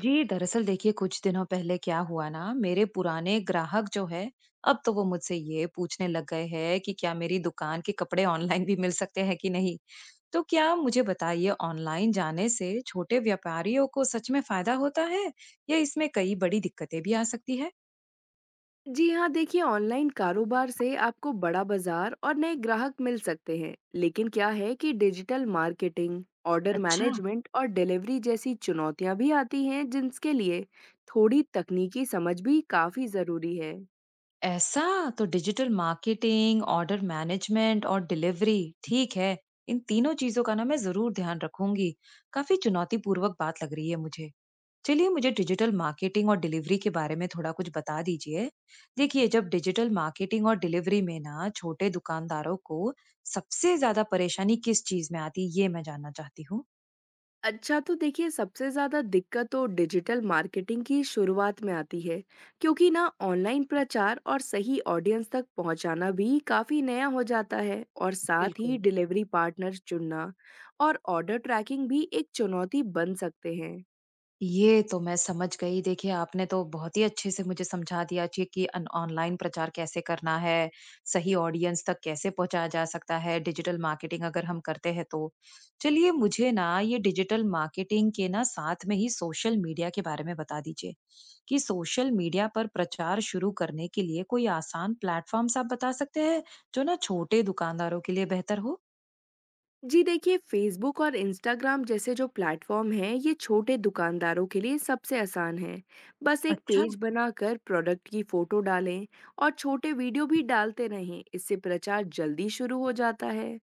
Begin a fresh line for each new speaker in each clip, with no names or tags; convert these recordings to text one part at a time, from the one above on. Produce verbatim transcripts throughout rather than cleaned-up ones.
जी दरअसल देखिए कुछ दिनों पहले क्या हुआ ना, मेरे पुराने ग्राहक जो है अब तो वो मुझसे ये पूछने लग गए हैं कि क्या मेरी दुकान के कपड़े ऑनलाइन भी मिल सकते हैं कि नहीं। तो क्या मुझे बताइए, ऑनलाइन जाने से छोटे व्यापारियों को सच में फायदा होता है या इसमें कई बड़ी दिक्कतें भी आ सकती है।
जी हाँ, देखिए ऑनलाइन कारोबार से आपको बड़ा बाजार और नए ग्राहक मिल सकते हैं, लेकिन क्या है कि डिजिटल मार्केटिंग, ऑर्डर
अच्छा।
मैनेजमेंट और डिलीवरी जैसी चुनौतियां भी आती हैं जिनके लिए थोड़ी तकनीकी समझ भी काफी जरूरी है।
ऐसा। तो डिजिटल मार्केटिंग, ऑर्डर मैनेजमेंट और डिलीवरी, ठीक है। इन तीनों चीजों का ना मैं जरूर ध्यान रखूंगी। काफी चुनौतीपूर्वक बात लग रही है मुझे। चलिए, मुझे डिजिटल मार्केटिंग और डिलीवरी के बारे में थोड़ा कुछ बता दीजिए। देखिए, जब डिजिटल मार्केटिंग और डिलीवरी में ना छोटे दुकानदारों को सबसे ज़्यादा परेशानी किस चीज़ में आती है, ये मैं जानना चाहती हूँ।
अच्छा, तो देखिए सबसे ज़्यादा दिक्कत तो डिजिटल मार्केटिंग की शुरुआत में आती है क्योंकि ना ऑनलाइन प्रचार और सही ऑडियंस तक पहुंचाना भी काफ़ी नया हो जाता है, और साथ ही
बिल्कुल।
डिलीवरी पार्टनर चुनना और ऑर्डर ट्रैकिंग भी एक चुनौती बन सकते हैं।
ये तो मैं समझ गई। देखिए, आपने तो बहुत ही अच्छे से मुझे समझा दिया जी कि अन ऑनलाइन प्रचार कैसे करना है, सही ऑडियंस तक कैसे पहुँचाया जा सकता है, डिजिटल मार्केटिंग अगर हम करते हैं तो। चलिए, मुझे ना ये डिजिटल मार्केटिंग के ना साथ में ही सोशल मीडिया के बारे में बता दीजिए कि सोशल मीडिया पर प्रचार शुरू करने के लिए कोई आसान प्लेटफ़ॉर्म्स आप बता सकते हैं, जो ना छोटे दुकानदारों के लिए बेहतर हो?
जी देखिए, फेसबुक और इंस्टाग्राम जैसे जो प्लेटफॉर्म हैं ये छोटे दुकानदारों के लिए सबसे आसान है। बस एक
अच्छा।
पेज बनाकर प्रोडक्ट की फोटो डालें और छोटे वीडियो भी डालते रहें, इससे प्रचार जल्दी शुरू हो जाता है।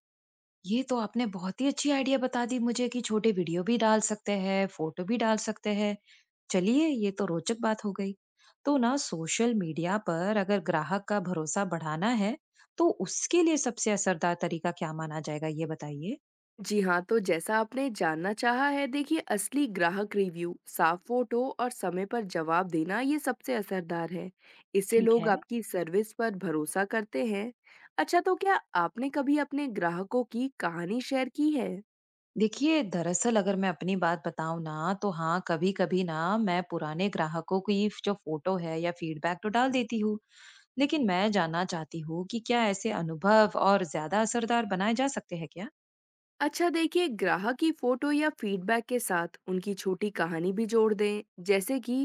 ये तो आपने बहुत ही अच्छी आइडिया बता दी मुझे कि छोटे वीडियो भी डाल सकते हैं, फोटो भी डाल सकते हैं। चलिए, ये तो रोचक बात हो गई। तो ना सोशल मीडिया पर अगर ग्राहक का भरोसा बढ़ाना है, तो उसके लिए सबसे असरदार तरीका क्या माना जाएगा, ये बताइए?
जी हाँ, तो जैसा आपने जानना चाहा है, देखिए असली ग्राहक रिव्यू, साफ फोटो और समय पर जवाब देना ये सबसे असरदार है। इससे
ठीक
लोग
है।
आपकी सर्विस पर भरोसा करते हैं। अच्छा, तो क्या आपने कभी अपने ग्राहकों की कहानी शेयर की है?
देखिए, दरअसल अगर मैं अपनी बात बताऊं ना, तो हाँ, कभी-कभी ना मैं पुराने ग्राहकों की जो फोटो है या फीडबैक तो डाल देती हूँ, लेकिन मैं जानना चाहती हूँ कि क्या ऐसे अनुभव और ज्यादा असरदार बनाए जा सकते हैं क्या?
अच्छा देखिए, ग्राहक की फोटो या फीडबैक के साथ उनकी छोटी कहानी भी जोड़ दें, जैसे कि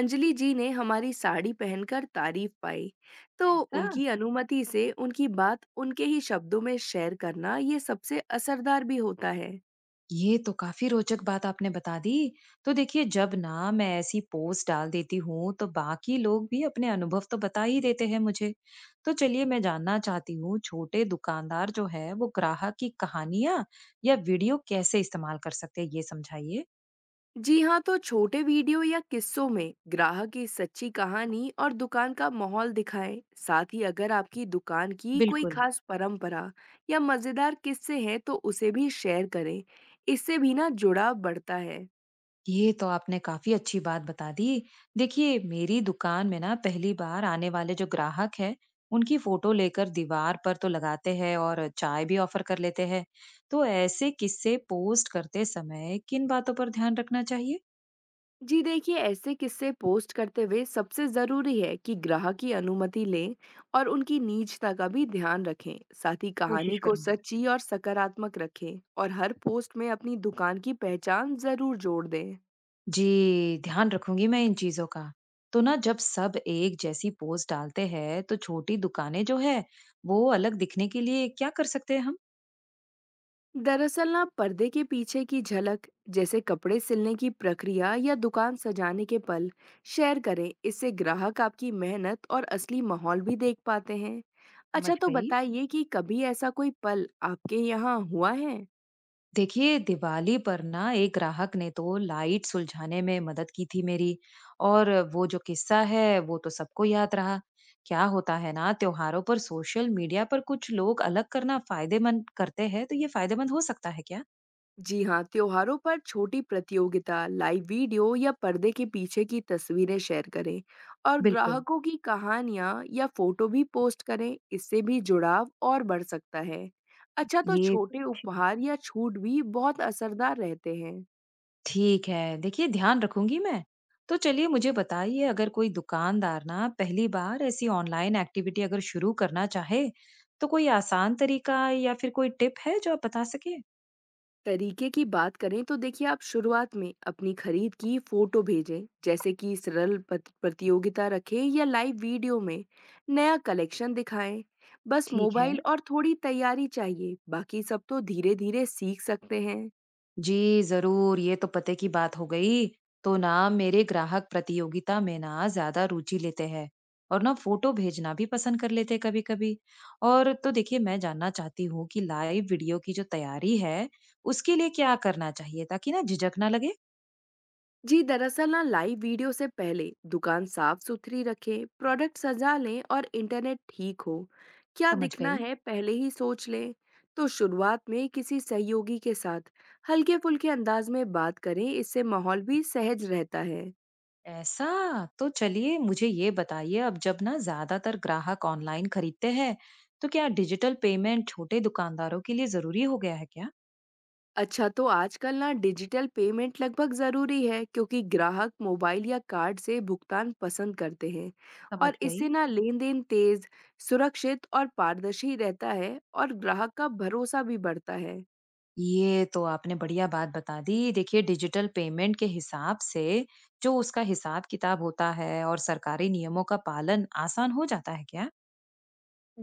अंजलि जी ने हमारी साड़ी पहनकर तारीफ पाई। तो
ऐसा?
उनकी अनुमति से उनकी बात उनके ही शब्दों में शेयर करना ये सबसे असरदार भी होता है।
ये तो काफी रोचक बात आपने बता दी। तो देखिए, जब ना मैं ऐसी पोस्ट डाल देती हूँ तो बाकी लोग भी अपने अनुभव तो बता ही देते हैं मुझे। तो चलिए, मैं जानना चाहती हूँ छोटे दुकानदार जो है वो ग्राहक की कहानियां या वीडियो कैसे इस्तेमाल कर सकते हैं, ये समझाइए।
जी हाँ, तो छोटे वीडियो या किस्सों में ग्राहक की सच्ची कहानी और दुकान का माहौल दिखाएं। साथ ही अगर आपकी दुकान की कोई
बिल्कुल।
खास परंपरा या मजेदार किस्से हैं तो उसे भी शेयर करें, इससे भी ना जुड़ाव बढ़ता है।
ये तो आपने काफी अच्छी बात बता दी। देखिए, मेरी दुकान में ना पहली बार आने वाले जो ग्राहक है, उनकी फोटो लेकर दीवार पर तो लगाते हैं और चाय भी ऑफर कर लेते हैं। तो ऐसे किस्से पोस्ट करते समय किन बातों पर ध्यान रखना चाहिए?
जी देखिए, ऐसे किस्से पोस्ट करते हुए सबसे जरूरी है कि ग्राहक की अनुमति लें और उनकी निजता का भी ध्यान रखें। साथ ही कहानी
कोशिश
को
करूंगी।
सच्ची और सकारात्मक रखें और हर पोस्ट में अपनी दुकान की पहचान जरूर जोड़ दें।
जी, ध्यान रखूंगी मैं इन चीजों का। तो ना जब सब एक जैसी पोस्ट डालते हैं, तो छोटी दुकानें जो है, वो अलग दिखने के लिए क्या कर सकते हैं हम?
दरअसल ना, पर्दे के पीछे की झलक, जैसे कपड़े सिलने की प्रक्रिया या दुकान सजाने के पल, शेयर करें। इससे ग्राहक आपकी मेहनत और असली माहौल भी देख पाते हैं।
समझ
अच्छा तो
गई।
बताइए कि कभी ऐसा कोई पल आपके यहाँ हुआ है?
देखिए, दिवाली पर ना एक ग्राहक ने तो लाइट सुलझाने में मदद की थी मेरी, और वो जो किस्सा है वो तो सबको याद रहा। क्या होता है ना, त्योहारों पर सोशल मीडिया पर कुछ लोग अलग करना फायदेमंद करते हैं, तो ये फायदेमंद हो सकता है क्या?
जी हाँ, त्योहारों पर छोटी प्रतियोगिता, लाइव वीडियो या पर्दे के पीछे की तस्वीरें शेयर करें और
बिल्कुल।
ग्राहकों की कहानियाँ या फोटो भी पोस्ट करें। इससे भी जुड़ाव और बढ़ सकता है। अच्छा, तो
ये तो
छोटे
अच्छी बात-।
उपहार या छूट भी बहुत असरदार रहते हैं।
ठीक है, देखिए ध्यान रखूंगी मैं। तो चलिए, मुझे बताइए, अगर कोई दुकानदार ना पहली बार ऐसी ऑनलाइन एक्टिविटी अगर शुरू करना चाहे, तो कोई आसान तरीका या फिर कोई टिप है जो आप बता सके?
तरीके की बात करें तो देखिए, आप शुरुआत में अपनी खरीद की फोटो भेजें, जैसे कि सरल पत- प्रतियोगिता रखें या लाइव वीडियो में नया कलेक्शन दिखाएं। बस
ठीक है।
मोबाइल और थोड़ी तैयारी चाहिए, बाकी सब तो धीरे धीरे सीख सकते हैं।
जी, जरूर, ये तो पते की बात हो गई। तो ना मेरे ग्राहक प्रतियोगिता में ना ज्यादा रुचि लेते हैं और ना फोटो भेजना भी पसंद कर लेते हैं कभी कभी। और तो देखिए, मैं जानना चाहती हूँ कि लाइव वीडियो की जो तैयारी है उसके लिए क्या करना चाहिए ताकि ना झिझक ना लगे।
जी दरअसल ना, लाइव वीडियो से पहले दुकान साफ सुथरी रखें, प्रोडक्ट सजा लें और इंटरनेट ठीक हो। क्या
समझ
दिखना
गई।
है पहले ही सोच लें। तो शुरुआत में किसी सहयोगी के साथ हल्के फुल्के अंदाज में बात करें, इससे माहौल भी सहज रहता है।
ऐसा। तो चलिए, मुझे ये बताइए, अब जब ना ज्यादातर ग्राहक ऑनलाइन खरीदते हैं, तो क्या डिजिटल पेमेंट छोटे दुकानदारों के लिए जरूरी हो गया है क्या?
अच्छा, तो आजकल ना डिजिटल पेमेंट लगभग ज़रूरी है, क्योंकि ग्राहक मोबाइल या कार्ड से भुगतान पसंद करते हैं।
समझ
और इससे
गई।
ना लेन-देन तेज़, सुरक्षित और पारदर्शी रहता है और ग्राहक का भरोसा भी बढ़ता है।
ये तो आपने बढ़िया बात बता दी। देखिए, डिजिटल पेमेंट के हिसाब से जो उसका हिसाब-किताब होता है और सरकारी नियमों का पालन आसान हो जाता है क्या?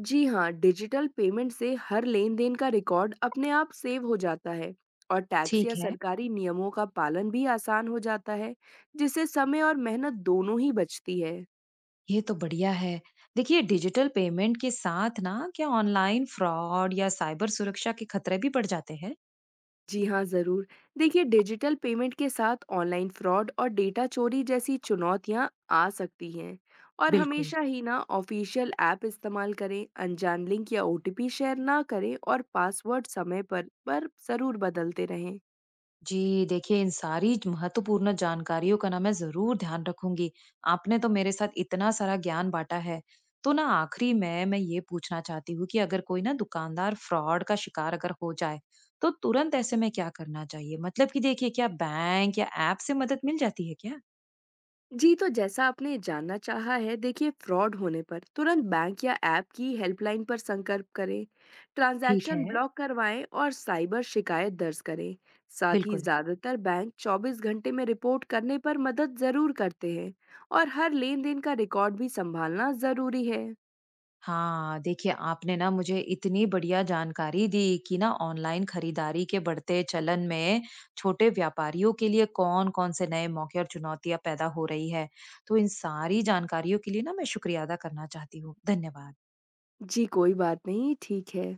जी हाँ, डिजिटल पेमेंट से हर लेन-देन का रिकॉर्ड अपने आप सेव हो जाता है और टैक्स या
ठीक है।
सरकारी नियमों का पालन भी आसान हो जाता है, जिससे समय और मेहनत दोनों ही बचती है।
ये तो बढ़िया है। देखिए, डिजिटल पेमेंट के साथ ना क्या ऑनलाइन फ्रॉड या साइबर सुरक्षा के खतरे भी बढ़ जाते हैं?
जी हाँ, ज़रूर। देखिए, डिजिटल पेमेंट के साथ ऑनलाइन फ्रॉड और डेटा चोरी जैसी चुनौतियाँ आ सकती हैं। और
बिल्कुल।
हमेशा ही ना ऑफ़िशियल ऐप इस्तेमाल करें, अनजान लिंक या ओटीपी शेयर ना करें और पासवर्ड समय पर पर ज़रूर बदलते रहें।
जी, देखिए इन सारी ज महत्वपूर्ण जानकारियों का ना मैं ज़रूर ध्यान रखूँगी। आपने तो मेरे साथ इतना सारा ज्ञान बाँटा है। तो ना आखिरी में मैं ये पूछना चाहती हूँ कि अगर कोई ना दुकानदार फ्रॉड का शिकार अगर हो जाए, तो तुरंत ऐसे में क्या करना चाहिए? मतलब कि देखिए, क्या बैंक या ऐप से मदद मिल जाती है क्या?
जी, तो जैसा आपने जानना चाहा है, देखिए फ्रॉड होने पर तुरंत बैंक या ऐप की हेल्पलाइन पर संपर्क करें,
ठीक
ट्रांजैक्शन
है।
ब्लॉक करवाएं और साइबर शिकायत दर्ज करें। साथ ही
बिल्कुल।
ज़्यादातर बैंक चौबीस घंटे में रिपोर्ट करने पर मदद ज़रूर करते हैं और हर लेन-देन का रिकॉर्ड भी संभालना ज़रूरी है।
हाँ, देखिए आपने ना मुझे इतनी बढ़िया जानकारी दी कि ना ऑनलाइन खरीदारी के बढ़ते चलन में छोटे व्यापारियों के लिए कौन-कौन से नए मौके और चुनौतियां पैदा हो रही है। तो इन सारी जानकारियों के लिए ना मैं शुक्रिया अदा करना चाहती हूँ। धन्यवाद।
जी, कोई बात नहीं, ठीक है।